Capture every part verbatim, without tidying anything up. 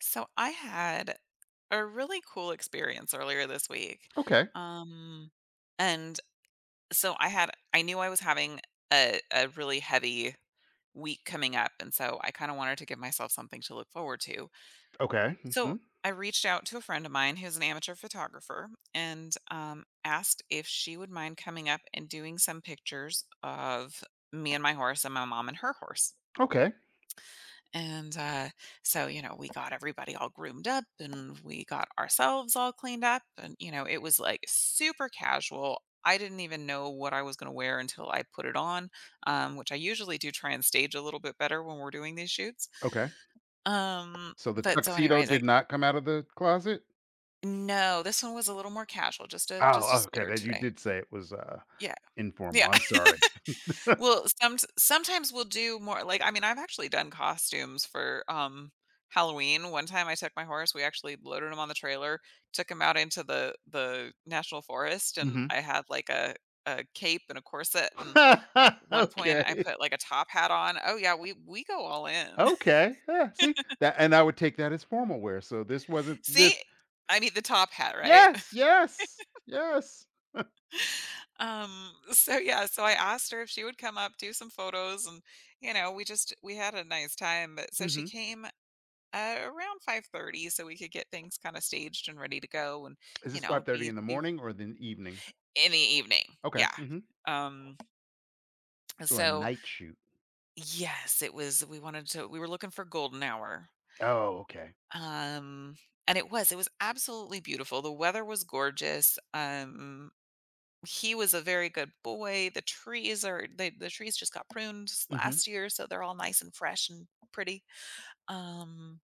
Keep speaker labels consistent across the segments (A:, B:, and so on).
A: So I had a really cool experience earlier this week.
B: Okay.
A: Um and so I had I knew I was having a a really heavy week coming up, and so I kind of wanted to give myself something to look forward to.
B: Okay.
A: So
B: Mhm.
A: I reached out to a friend of mine who's an amateur photographer and um asked if she would mind coming up and doing some pictures of me and my horse and my mom and her horse.
B: Okay.
A: And uh, so, you know, we got everybody all groomed up and we got ourselves all cleaned up. And, you know, it was like super casual. I didn't even know what I was going to wear until I put it on, um, which I usually do try and stage a little bit better when we're doing these shoots.
B: Okay.
A: Um,
B: So the
A: but so,
B: tuxedo
A: anyways, I
B: did not come out of the closet?
A: no, this one was a little more casual, just a just a
B: Oh, okay,
A: sweater
B: then you
A: today.
B: did say it was, uh,
A: Yeah, yeah.
B: informal, I'm sorry.
A: Well, some sometimes we'll do more like, I mean, I've actually done costumes for, um, Halloween. One time I took my horse, we actually loaded him on the trailer, took him out into the the national forest, and
B: Mhm.
A: I had, like, a a cape and a corset, and at one point, I
B: Okay.
A: put, like, a top hat on. Oh, yeah, we we go all in.
B: Okay, yeah, see? That and I would take that as formal wear, so this wasn't this
A: See? I mean, the top hat, right?
B: Yes, yes, yes.
A: Um, so, yeah, so I asked her if she would come up, do some photos, and, you know, we just we had a nice time, but so she
B: Mhm.
A: came uh, around five thirty so we could get things kinda staged and ready to go and,
B: Is
A: you
B: this
A: know,
B: five thirty
A: be
B: in the
A: be
B: morning or the evening?
A: in the evening.
B: Okay,
A: Yeah.
B: mhm.
A: Um,
B: So a
A: so
B: night shoot.
A: yes, it was we wanted to we were looking for golden hour.
B: Oh, okay.
A: Um, and it was it was absolutely beautiful. The weather was gorgeous. Um, he was a very good boy. The trees are the the trees just got pruned
B: Mhm,
A: last year, so they're all nice and fresh and pretty. Um,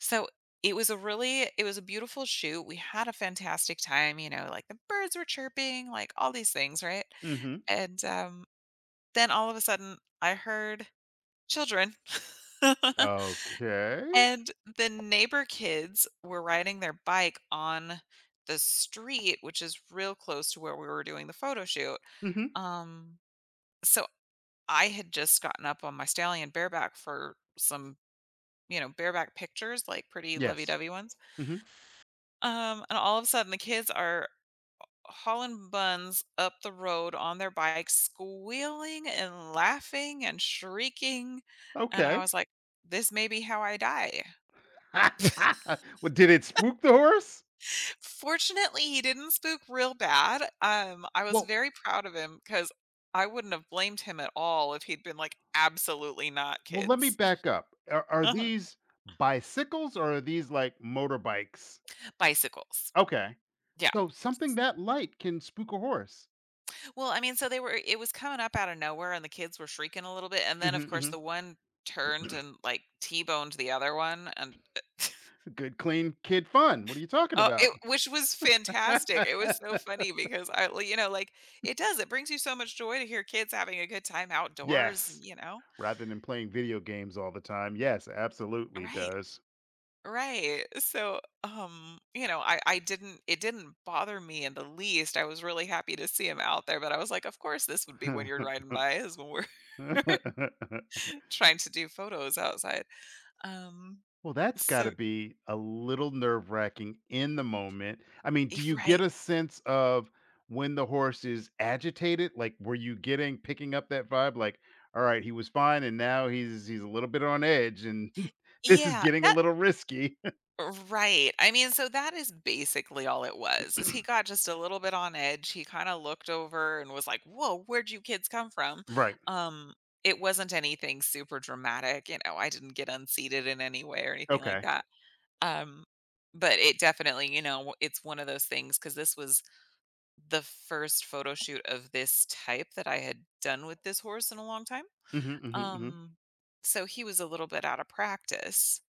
A: so it was a really it was a beautiful shoot. We had a fantastic time, you know, like the birds were chirping, like all these things, right?
B: mhm.
A: And um Then all of a sudden I heard children.
B: Okay.
A: And the neighbor kids were riding their bike on the street, which is real close to where we were doing the photo shoot.
B: Mhm.
A: Um so I had just gotten up on my stallion bareback for some, you know, bareback pictures, like pretty
B: Yes.
A: lovey-dovey ones.
B: Mhm.
A: Um, and all of a sudden, the kids are hauling buns up the road on their bikes, squealing and laughing and shrieking. And I
B: Okay.
A: was like, this may be how I die.
B: Well, did it spook the horse?
A: Fortunately, he didn't spook real bad. Um, I was
B: Well
A: very proud of him, because I wouldn't have blamed him at all if he'd been like, absolutely not,
B: well, let me
A: kids.
B: back up. Are are these bicycles or are these like motorbikes?
A: Bicycles.
B: Okay.
A: Yeah.
B: So something that light can spook a horse.
A: Well, I mean, so they were it was coming up out of nowhere and the kids were shrieking a little bit, and then of
B: Mhm,
A: course the
B: mhm.
A: one turned and like T-boned the other one, and
B: Good, clean kid fun. What are you talking
A: oh, it
B: about?
A: which was fantastic. It was so funny because I well, you know, like it does it brings you so much joy to hear kids having a good time outdoors, and,
B: Yes.
A: you know.
B: Rather than playing video games all the time. Yes, absolutely
A: Right.
B: does.
A: Right. So, um, you know, I I didn't it didn't bother me in the least. I was really happy to see him out there, but I was like, of course this would be when you're riding by is when we're trying to do photos outside. Um
B: Well, that's gotta
A: So
B: be a little nerve-wracking in the moment. I mean,
A: eh,
B: do you get
A: right.
B: a sense of when the horse is agitated? Like, were you getting picking up that vibe? Like, all right, he was fine, and now he's he's a little bit on edge, and this is
A: Yeah,
B: getting a
A: that
B: little risky.
A: Right. I mean, so that is basically all it was, is he got just a little bit on edge. He kinda looked over and was like, "Whoa, where'd you kids come from?"
B: Right.
A: Um, it wasn't anything super dramatic, you know, I didn't get unseated in any way or anything like
B: Okay.
A: that. Um, but it definitely, you know, it's one of those things because this was the first photo shoot of this type that I had done with this horse in a long time.
B: Mhm, mhm, mhm.
A: Um, so he was a little bit out of practice.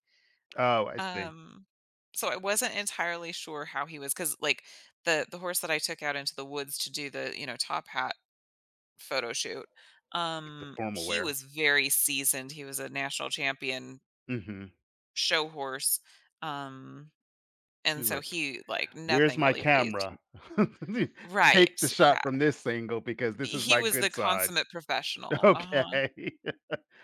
B: Oh, I see.
A: Um, so I wasn't entirely sure how he was, because like, the the horse that I took out into the woods to do the, you know, top hat photo shoot,
B: The
A: um,
B: formal
A: he
B: wear.
A: was very seasoned. He was a national champion
B: Mhm.
A: show horse, um, and
B: He's
A: so
B: like,
A: he like,
B: "Where's
A: nothing
B: my
A: really fazed him.
B: camera? Take the
A: Right,
B: shot
A: yeah.
B: from this angle because this is
A: He
B: my
A: was the
B: good side."
A: consummate professional. Uh-huh.
B: Okay.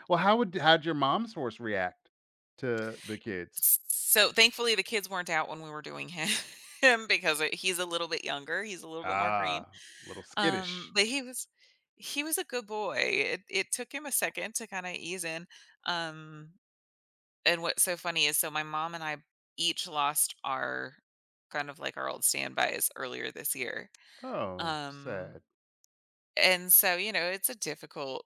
B: Well, how would how'd your mom's horse react to the kids?
A: So thankfully, the kids weren't out when we were doing him him because, uh, he's a little bit younger, he's a little bit more green.
B: Ah, a little
A: Um,
B: skittish.
A: but he was he was a good boy. It it took him a second to kinda ease in. Um, and what's so funny is so my mom and I each lost our kind of like our old standbys earlier this year.
B: Oh,
A: Um,
B: sad.
A: and so, you know, it's a difficult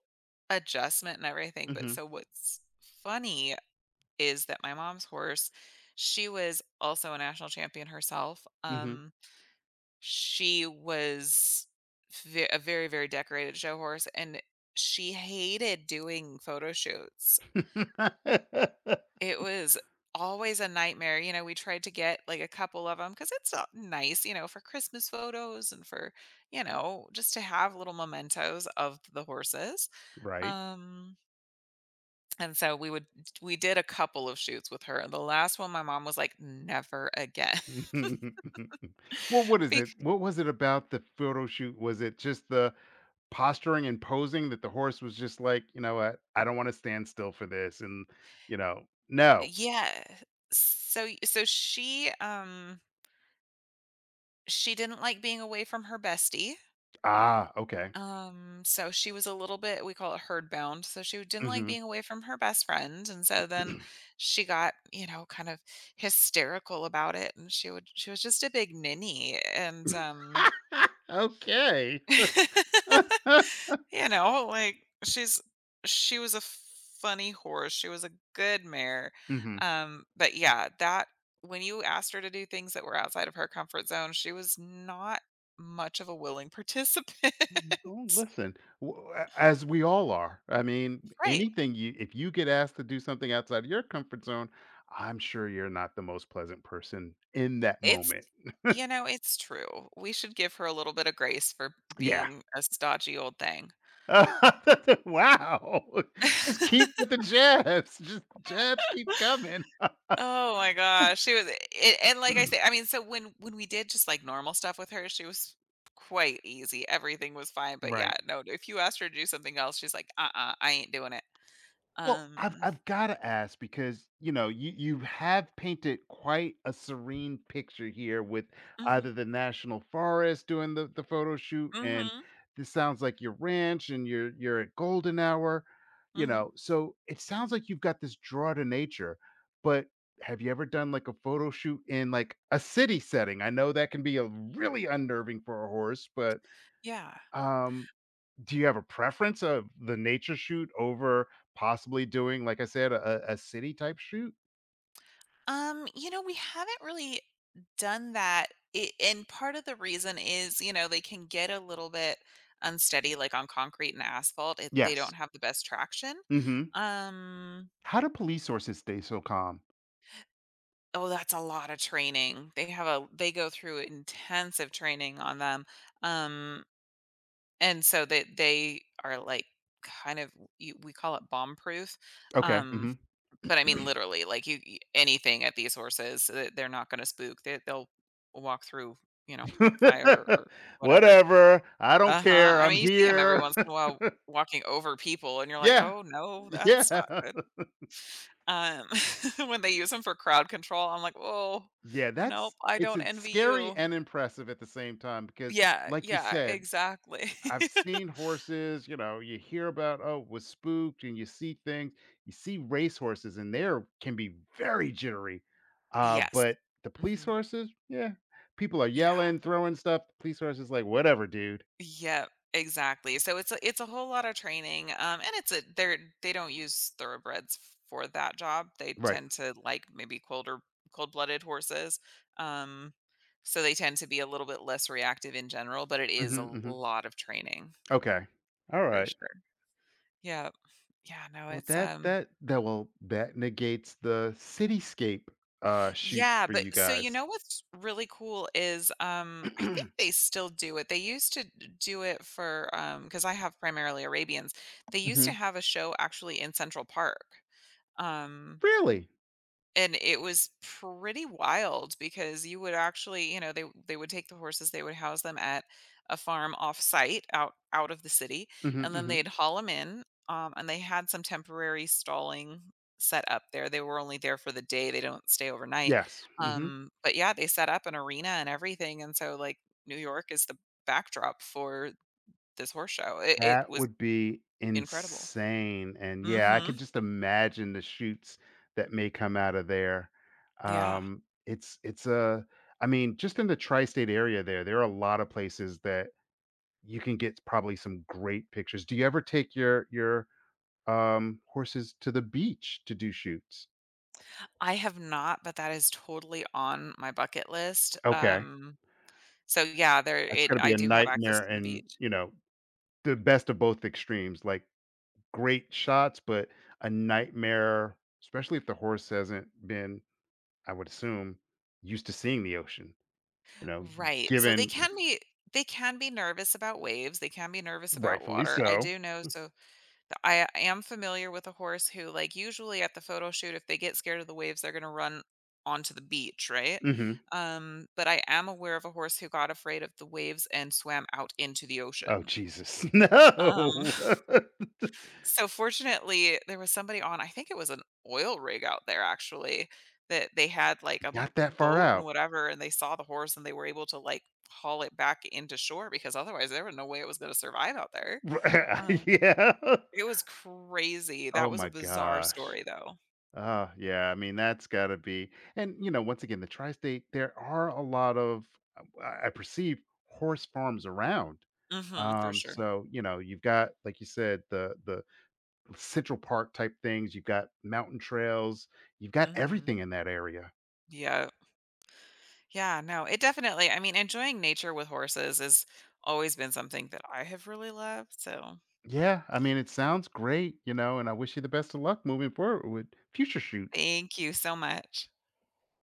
A: adjustment and everything, but
B: Mhm,
A: so what's funny is that my mom's horse, she was also a national champion herself.
B: mhm.
A: Um she was ve a very, very decorated show horse, and she hated doing photo shoots. It was always a nightmare, you know, we tried to get, like, a couple of them because it's, uh, nice, you know, for Christmas photos and for, you know, just to have little mementos of the horses,
B: Right.
A: um, and so we would we did a couple of shoots with her. The last one, my mom was like, "Never again."
B: Well, what is
A: Bec
B: it? What was it about the photo shoot? Was it just the posturing and posing that the horse was just like, "You know what? I don't wanna stand still for this," and, you know, "No."
A: Yeah. So so she, um she didn't like being away from her bestie,
B: Ah, okay.
A: um, so she was a little bit we call it herd bound, so she didn't like
B: Mhm.
A: being away from her best friend, and so then she got, you know, kind of hysterical about it, and she would she was just a big ninny, and, um
B: Okay.
A: you know, like she's she was a funny horse. She was a good mare.
B: Mhm.
A: Um, but yeah, that When you asked her to do things that were outside of her comfort zone, she was not much of a willing participant.
B: Mhm. Well, listen, w- a- as we all are. I mean,
A: Right.
B: anything you if you get asked to do something outside of your comfort zone, I'm sure you're not the most pleasant person in that
A: It's
B: moment.
A: You know, it's true. We should give her a little bit of grace for
B: Yeah.
A: being a stodgy old thing.
B: Wow. Just keep with the jabs. Just jabs keep coming.
A: Oh my gosh, she was it, and like I say, I mean, so when when we did just like normal stuff with her, she was quite easy. Everything was fine, but yeah,
B: Right.
A: no, if you asked her to do something else, she's like, "Uh-uh, I ain't doing it."
B: Well, I've
A: Um,
B: I've gotta ask because, you know, you you have painted quite a serene picture here with
A: mhm,
B: either the national forest doing the the photo shoot, and
A: mhm,
B: this sounds like your ranch and you're you're at golden hour, you
A: mhm,
B: know, so it sounds like you've got this draw to nature, but have you ever done, like, a photo shoot in, like, a city setting? I know that can be a really unnerving for a horse, but,
A: yeah.
B: um, do you have a preference of the nature shoot over possibly doing, like I said, a a city type shoot?
A: Um, you know, we haven't really done that, it, and part of the reason is, you know, they can get a little bit unsteady, like on concrete and asphalt. If they don't
B: Yes.
A: have the best traction,
B: Mhm.
A: um,
B: How do police sources stay so calm?
A: oh, that's a lot of training. They have a They go through intensive training on them. Um, and so they they are like kind of you, we call it bomb proof.
B: Okay,
A: Um,
B: mhm.
A: but I mean literally like you you- anything at these horses, so that they're not going to spook. They they'll walk through, you know, fire or whatever.
B: "Whatever, I don't
A: Uh-huh.
B: care,
A: I
B: I'm
A: mean, you see them every
B: here."
A: once in a while walking over people and you're like,
B: Yeah,
A: "Oh no, that's not
B: yeah.
A: good." Um, when they use them for crowd control, I'm like, "Oh,
B: Yeah,
A: nope,
B: that's
A: I
B: it's
A: don't
B: it's
A: envy
B: scary
A: you."
B: and impressive at the same time because,
A: Yeah,
B: like you
A: yeah,
B: said,
A: exactly.
B: I've seen horses, you know, you hear about, oh, was spooked, and you see things. You see race horses, and they can be very jittery. Uh,
A: Yes.
B: but the police
A: Mhm.
B: horses, yeah, people are
A: Yeah.
B: yelling, throwing stuff. The police horses, like, whatever, dude.
A: Yep, exactly. So it's a it's a whole lot of training, um, and it's a they're they don't use thoroughbreds for that job. They
B: Right.
A: tend to like maybe colder cold-blooded horses, um, so they tend to be a little bit less reactive in general, but it is a
B: hmm hmm
A: lot of training
B: Okay. All
A: for
B: right.
A: sure. Yeah. Yeah, no,
B: Well,
A: it's,
B: that
A: um
B: that that will that negates the cityscape uh shoots
A: yeah,
B: for
A: but
B: you
A: so you
B: guys.
A: know what's really cool is um I think they still do it. They used to d- do it for um because I have primarily Arabians. They used
B: Hmm.
A: to have a show actually in Central Park. Um
B: Really?
A: and it was pretty wild because you would actually, you know, they they would take the horses, they would house them at a farm off site out out of the city,
B: Hmm.
A: and then
B: Hmm.
A: they'd haul them in, um, and they had some temporary stalling set up there. They were only there for the day, they don't stay overnight,
B: Yes. Hmm.
A: um, but yeah, they set up an arena and everything, and so like New York is the backdrop for this horse show. It, it
B: That
A: was
B: would be
A: incredible.
B: insane, and yeah, I
A: Hmm.
B: could just imagine the shoots that may come out of there.
A: Yeah.
B: Um, it's it's a, I mean, just in the tri-state area there, there are a lot of places that you can get probably some great pictures. Do you ever take your your, um, horses to the beach to do shoots?
A: I have not, but that is totally on my bucket list.
B: Okay,
A: Um, so yeah, there
B: that's
A: it
B: gonna
A: I
B: be a
A: do have access
B: nightmare
A: to the
B: and,
A: beach.
B: you know, the best of both extremes, like, great shots, but a nightmare, especially if the horse hasn't been, I would assume, used to seeing the ocean, you know,
A: Right. So they
B: given,
A: can be they can be nervous about waves. They can be nervous about
B: rightfully
A: water. I
B: so.
A: do know, so th- I am familiar with a horse who like usually at the photo shoot if they get scared of the waves they're going to run onto the beach, right?
B: Mhm.
A: Um, but I am aware of a horse who got afraid of the waves and swam out into the
B: Oh,
A: ocean.
B: Jesus. No.
A: Um So fortunately, there was somebody on, I think it was an oil rig out there actually, that they had like a
B: Not that far
A: boat and
B: out.
A: whatever, and they saw the horse and they were able to like haul it back into shore because otherwise there was no way it was going to survive out there. Um,
B: Yeah.
A: it was crazy. That
B: Oh
A: was a
B: my
A: bizarre
B: gosh.
A: story though.
B: Oh yeah, I mean, that's gotta be and, you know, once again, the tri-state, there are a lot of, uh, I I perceive horse farms around.
A: Hmm, for
B: Um,
A: sure.
B: so, you know, you've got, like you said, the the Central Park type things, you've got mountain trails, you've got
A: Hmm.
B: everything in that area.
A: Yeah. Yeah. No, it definitely, I mean, enjoying nature with horses has always been something that I have really loved. So
B: Yeah, I mean, it sounds great, you know, and I wish you the best of luck moving forward with future shoots.
A: thank you so much.